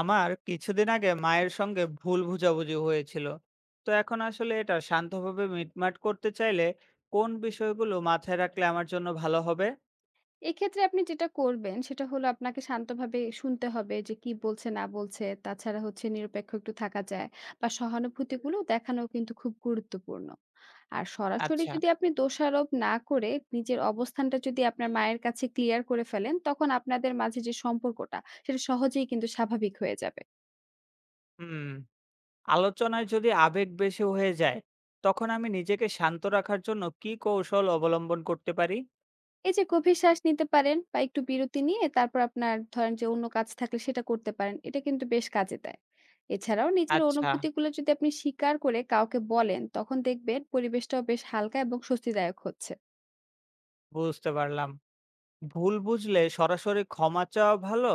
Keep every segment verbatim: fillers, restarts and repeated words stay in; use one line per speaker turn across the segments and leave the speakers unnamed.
আমার কিছুদিন আগে মায়ের সঙ্গে ভুল বোঝাবুঝি হয়েছিল, তো এখন আসলে এটা শান্তভাবে মিটমাট করতে চাইলে কোন বিষয়গুলো মাথায় রাখলে আমার জন্য ভালো হবে?
এক্ষেত্রে আপনি যেটা করবেন সেটা হলো আপনাকে শান্তভাবে শুনতে হবে যে কি বলছে না বলছে। তাছাড়া হচ্ছে নিরপেক্ষ একটু থাকা যায় বা সহানুভূতিগুলো দেখানো কিন্তু খুব গুরুত্বপূর্ণ। আর সরাসরি
আচ্ছা।
যদি আপনি দোষারোপ না করে নিজের অবস্থানটা যদি আপনার মায়ের কাছে ক্লিয়ার করে ফেলেন, তখন আপনাদের মাঝে যে সম্পর্কটা সেটা সহজেই কিন্তু স্বাভাবিক হয়ে যাবে।
হুম। আলোচনায় যদি আবেগ বেশি হয়ে যায়, তখন আমি নিজেকে শান্ত রাখার জন্য কি কৌশল অবলম্বন করতে পারি?
এই যে গভীর শ্বাস নিতে পারেন বা একটু বিরতি নিয়ে তারপর আপনার ধরেন যে অন্য কাজ থাকলে সেটা করতে পারেন। এটা কিন্তু বেশ কাজে দেয়। এছাড়াও নিজের
আচ্ছা,
অনুভূতিগুলো যদি আপনি স্বীকার করে কাউকে বলেন, তখন দেখবেন পরিবেশটাও বেশ হালকা এবং স্বস্তিদায়ক হচ্ছে।
বুঝতে পারলাম। ভুল বুঝলে সরাসরি ক্ষমা চাওয়া ভালো,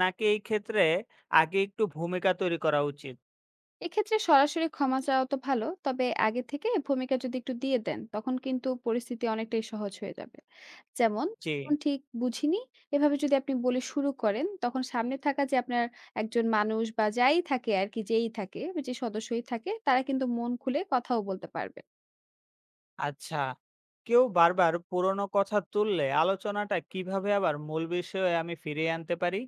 নাকি এই ক্ষেত্রে আগে একটু ভূমিকা তৈরি করা উচিত?
এক্ষেত্রে সরাসরি ক্ষমা চাওয়া তো ভালো, তবে আগে থেকে ভূমিকা যদি একটু দিয়ে দেন তখন কিন্তু পরিস্থিতি অনেকটাই সহজ হয়ে যাবে। যেমন,
জি।
"এখন ঠিক বুঝিনি" এভাবে যদি আপনি বলে শুরু করেন তখন সামনে থাকা যে আপনার একজন মানুষ বা যাই থাকে আর কি, যেই থাকে, যে সদস্যই থাকে, তারা কিন্তু মন খুলে কথাও বলতে পারবে।
আচ্ছা, কেউ বারবার পুরনো কথা তুললে আলোচনাটা কিভাবে আবার মূল বিষয়ে আমি ফিরিয়ে আনতে পারি?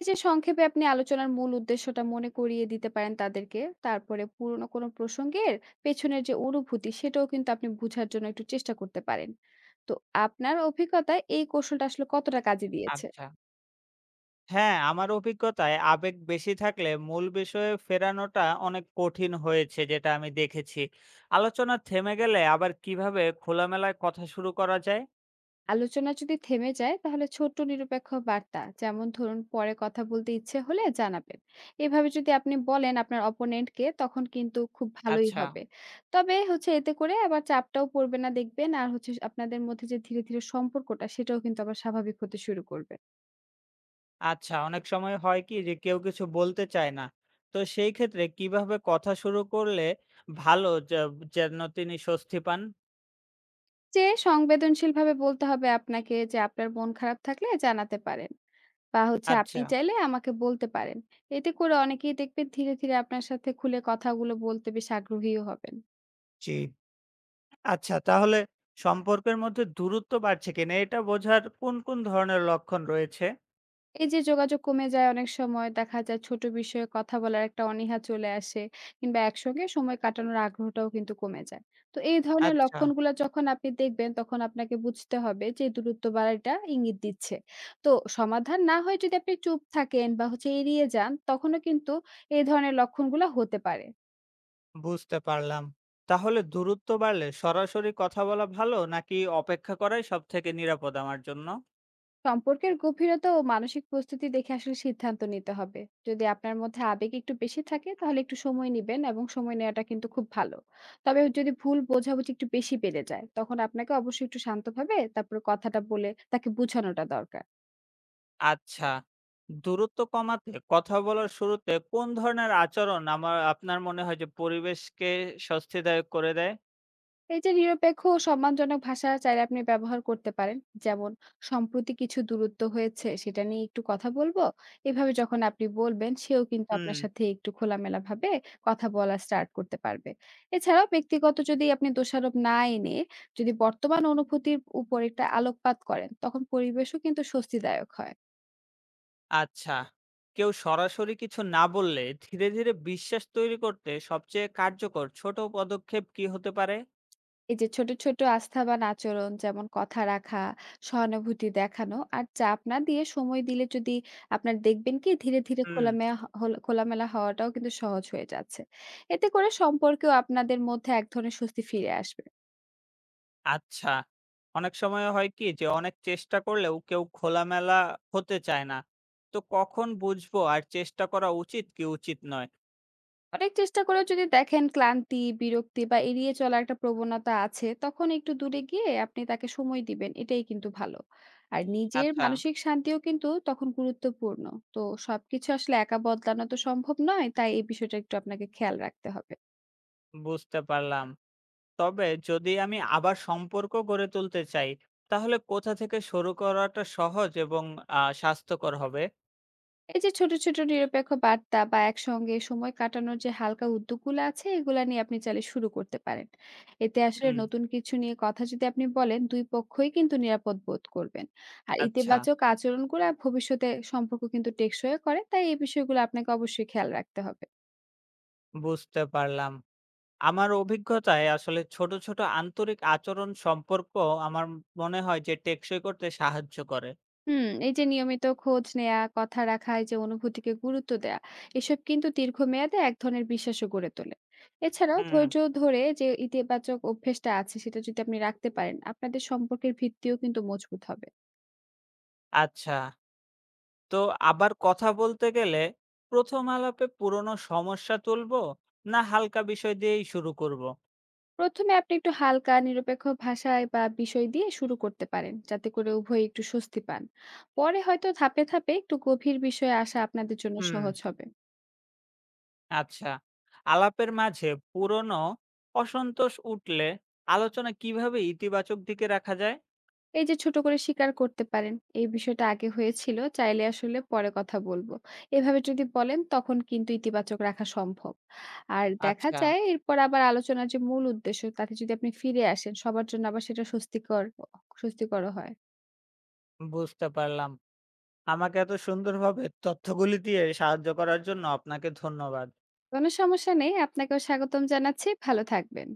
এই যে সংক্ষেপে আপনি আলোচনার মূল উদ্দেশ্যটা মনে করিয়ে দিতে পারেন তাদেরকে। তারপরে পুরনো কোনো প্রসঙ্গের পেছনের যে অনুভূতি সেটাও কিন্তু আপনি বুঝার জন্য একটু চেষ্টা করতে পারেন। তো আপনার অভিজ্ঞতায় এই কৌশলটা আসলে কতটা কাজে দিয়েছে?
আচ্ছা। হ্যাঁ, আমার অভিজ্ঞতায় আবেগ বেশি থাকলে মূল বিষয়ে ফেরানোটা অনেক কঠিন হয়েছে, যেটা আমি দেখেছি। আলোচনা থেমে গেলে আবার কিভাবে খোলামেলায় কথা শুরু করা যায়?
আলোচনা যদি থেমে যায় তাহলে ছোট্ট নিরপেক্ষ বার্তা, যেমন ধরুন, "পরে কথা বলতে ইচ্ছে হলে জানাবেন" এভাবে যদি আপনি বলেন আপনার অপোনেন্টকে তখন কিন্তু খুব ভালোই
আচ্ছা।
হবে। তবে হচ্ছে এতে করে আবার চাপটাও পড়বে না দেখবেন, আর হচ্ছে আপনাদের মধ্যে যে ধীরে ধীরে সম্পর্কটা সেটাও কিন্তু আবার স্বাভাবিক হতে শুরু করবে।
আচ্ছা, অনেক সময় হয় কি যে কেউ কিছু বলতে চায় না। তো সেই ক্ষেত্রে কিভাবে কথা শুরু করলে ভালো, যে যেন তিনি স্বস্তি পান?
যে সংবেদনশীল ভাবে বলতে হবে আপনাকে যে, আপনার মন খারাপ থাকলে জানাতে পারেন বা হচ্ছে
আচ্ছা।
আপনি চাইলে আমাকে বলতে পারেন। এতে করে অনেকেই দেখবেন ধীরে ধীরে আপনার সাথে খুলে কথাগুলো বলতে বেশ আগ্রহীও হবেন।
জি। আচ্ছা, তাহলে সম্পর্কের মধ্যে দূরত্ব বাড়ছে কিনা এটা বোঝার কোন, কোন ধরনের লক্ষণ রয়েছে?
এই যে যোগাযোগ কমে যায়, অনেক সময় দেখা যায় ছোট বিষয়ে কথা বলার একটা অনীহা চলে আসে, কিংবা একসঙ্গে সময় কাটানোর আগ্রহটাও কিন্তু কমে যায়। তো এই ধরনের
আচ্ছা,
লক্ষণগুলো যখন আপনি দেখবেন তখন আপনাকে বুঝতে হবে যে দূরত্ব বাড়াটা ইঙ্গিত দিচ্ছে। তো সমাধান না হয় যদি আপনি চুপ থাকেন বা হচ্ছে এড়িয়ে যান, তখনও কিন্তু এই ধরনের লক্ষণগুলো হতে পারে।
বুঝতে পারলাম। তাহলে দূরত্ব বাড়লে সরাসরি কথা বলা ভালো নাকি অপেক্ষা করাই সবথেকে নিরাপদ আমার জন্য?
সম্পর্কের গভীরতা ও মানসিক প্রস্তুতি দেখে আসলে সিদ্ধান্ত নিতে হবে। যদি আপনার মধ্যে আবেগ একটু বেশি থাকে তাহলে একটু সময় নেবেন, এবং সময় নেওয়াটা কিন্তু খুব ভালো। তবে যদি ভুল বোঝাবুঝি একটু বেশি বেড়ে যায় তখন আপনাকে অবশ্যই একটু শান্তভাবে তারপরে কথাটা বলে তাকে বোঝানোটা দরকার।
আচ্ছা, দূরত্ব কমাতে কথা বলার শুরুতে কোন ধরনের আচরণ আমার আপনার মনে হয় যে পরিবেশকে স্বস্তিদায়ক করে দেয়?
এই যে নিরপেক্ষ ও সম্মানজনক ভাষা চাইলে আপনি ব্যবহার করতে পারেন। যেমন, "সম্প্রতি কিছু দূরত্ব হয়েছে সেটা নিয়ে একটু কথা বলবো" এভাবে যখন আপনি বলবেন, সেও কিন্তু আপনার
হুম।
সাথে একটু খোলামেলা ভাবে কথা বলা স্টার্ট করতে পারবে। এছাড়াও ব্যক্তিগত যদি আপনি দোষারোপ না এনে, যদি বর্তমান অনুভূতির উপর একটা আলোকপাত করেন তখন পরিবেশও কিন্তু স্বস্তিদায়ক হয়।
আচ্ছা। কেউ সরাসরি কিছু না বললে ধীরে, ধীরে বিশ্বাস তৈরি করতে সবচেয়ে কার্যকর ছোট পদক্ষেপ কি হতে পারে?
এই যে ছোট, ছোট আস্থাবান আচরণ, যেমন কথা রাখা, সহানুভূতি দেখানো আর চাপ না দিয়ে সময় দিলে, যদি আপনার দেখবেন কি ধীরে, ধীরে
হুম।
খোলামেয়া হ হল খোলামেলা হওয়াটাও কিন্তু সহজ হয়ে যাচ্ছে। এতে করে সম্পর্কেও আপনাদের মধ্যে এক ধরনের স্বস্তি ফিরে আসবে।
আচ্ছা। অনেক সময় হয় কি যে অনেক চেষ্টা করলেও কেউ খোলামেলা হতে চায় না। তো কখন বুঝবো আর চেষ্টা করা উচিত কি উচিত নয়?
অনেক চেষ্টা করেও যদি দেখেন ক্লান্তি, বিরক্তি বা এড়িয়ে চলার একটা প্রবণতা আছে, তখন একটু দূরে গিয়ে আপনি তাকে সময় দিবেন। এটাই কিন্তু ভালো। আর নিজের
আচ্ছা,
মানসিক শান্তিও কিন্তু তখন গুরুত্বপূর্ণ। তো সবকিছু আসলে একা বদলানো তো সম্ভব নয়। তাই এই বিষয়টা একটু আপনাকে খেয়াল রাখতে হবে।
বুঝতে পারলাম। তবে যদি আমি আবার সম্পর্ক গড়ে তুলতে চাই, তাহলে কোথা থেকে শুরু করাটা সহজ এবং আ স্বাস্থ্যকর হবে?
এই যে ছোট, ছোট নিরপেক্ষ বার্তা বা একসঙ্গে সময় কাটানোর যে হালকা উদ্যোগগুলো আছে, এগুলা নিয়ে আপনি চাইলে শুরু করতে পারেন। এতে আসলে
হুম।
নতুন কিছু নিয়ে কথা যদি আপনি বলেন, দুই পক্ষই কিন্তু নিরাপদ বোধ করবেন। আর
আচ্ছা,
ইতিবাচক আচরণগুলা ভবিষ্যতে সম্পর্ক কিন্তু টেকসই করে। তাই এই বিষয়গুলো আপনাকে অবশ্যই খেয়াল রাখতে হবে।
বুঝতে পারলাম। আমার অভিজ্ঞতায় আসলে ছোট, ছোট আন্তরিক আচরণ সম্পর্ক আমার মনে হয় যে টেকসই করতে সাহায্য করে।
হুম, এই যে নিয়মিত খোঁজ নেয়া, কথা রাখা, এই যে অনুভূতিকে গুরুত্ব দেয়া, এসব কিন্তু দীর্ঘমেয়াদে এক ধরনের বিশ্বাসও গড়ে তোলে। এছাড়াও
হুম।
ধৈর্য ধরে যে ইতিবাচক অভ্যেসটা আছে সেটা যদি আপনি রাখতে পারেন, আপনাদের সম্পর্কের ভিত্তিও কিন্তু মজবুত হবে।
আচ্ছা, তো আবার কথা বলতে গেলে প্রথম আলাপে পুরনো সমস্যা তুলবো, না হালকা বিষয় দিয়েই শুরু করব?
প্রথমে আপনি একটু হালকা নিরপেক্ষ ভাষায় বা বিষয় দিয়ে শুরু করতে পারেন, যাতে করে উভয়ে একটু স্বস্তি পান। পরে হয়তো ধাপে, ধাপে একটু গভীর বিষয়ে আসা আপনাদের জন্য
হুম।
সহজ হবে।
আচ্ছা, আলাপের মাঝে পুরনো অসন্তোষ উঠলে আলোচনা কিভাবে ইতিবাচক দিকে রাখা যায়?
এই যে ছোট করে স্বীকার করতে পারেন, "এই বিষয়টা আগে হয়েছিল, চাইলে আসলে পরে কথা বলব" এভাবে যদি বলেন তখন কিন্তু ইতিবাচক রাখা সম্ভব। আর দেখা
আচ্ছা।
যায় এরপর আবার আলোচনার যে মূল উদ্দেশ্য তাতে যদি আপনি ফিরে আসেন সবার জন্য আবার সেটা স্বস্তিকর স্বস্তিকরও হয়।
বুঝতে পারলাম। আমাকে এত সুন্দরভাবে তথ্যগুলি দিয়ে সাহায্য করার জন্য আপনাকে ধন্যবাদ।
কোনো সমস্যা নেই। আপনাকেও স্বাগতম জানাচ্ছি। ভালো থাকবেন।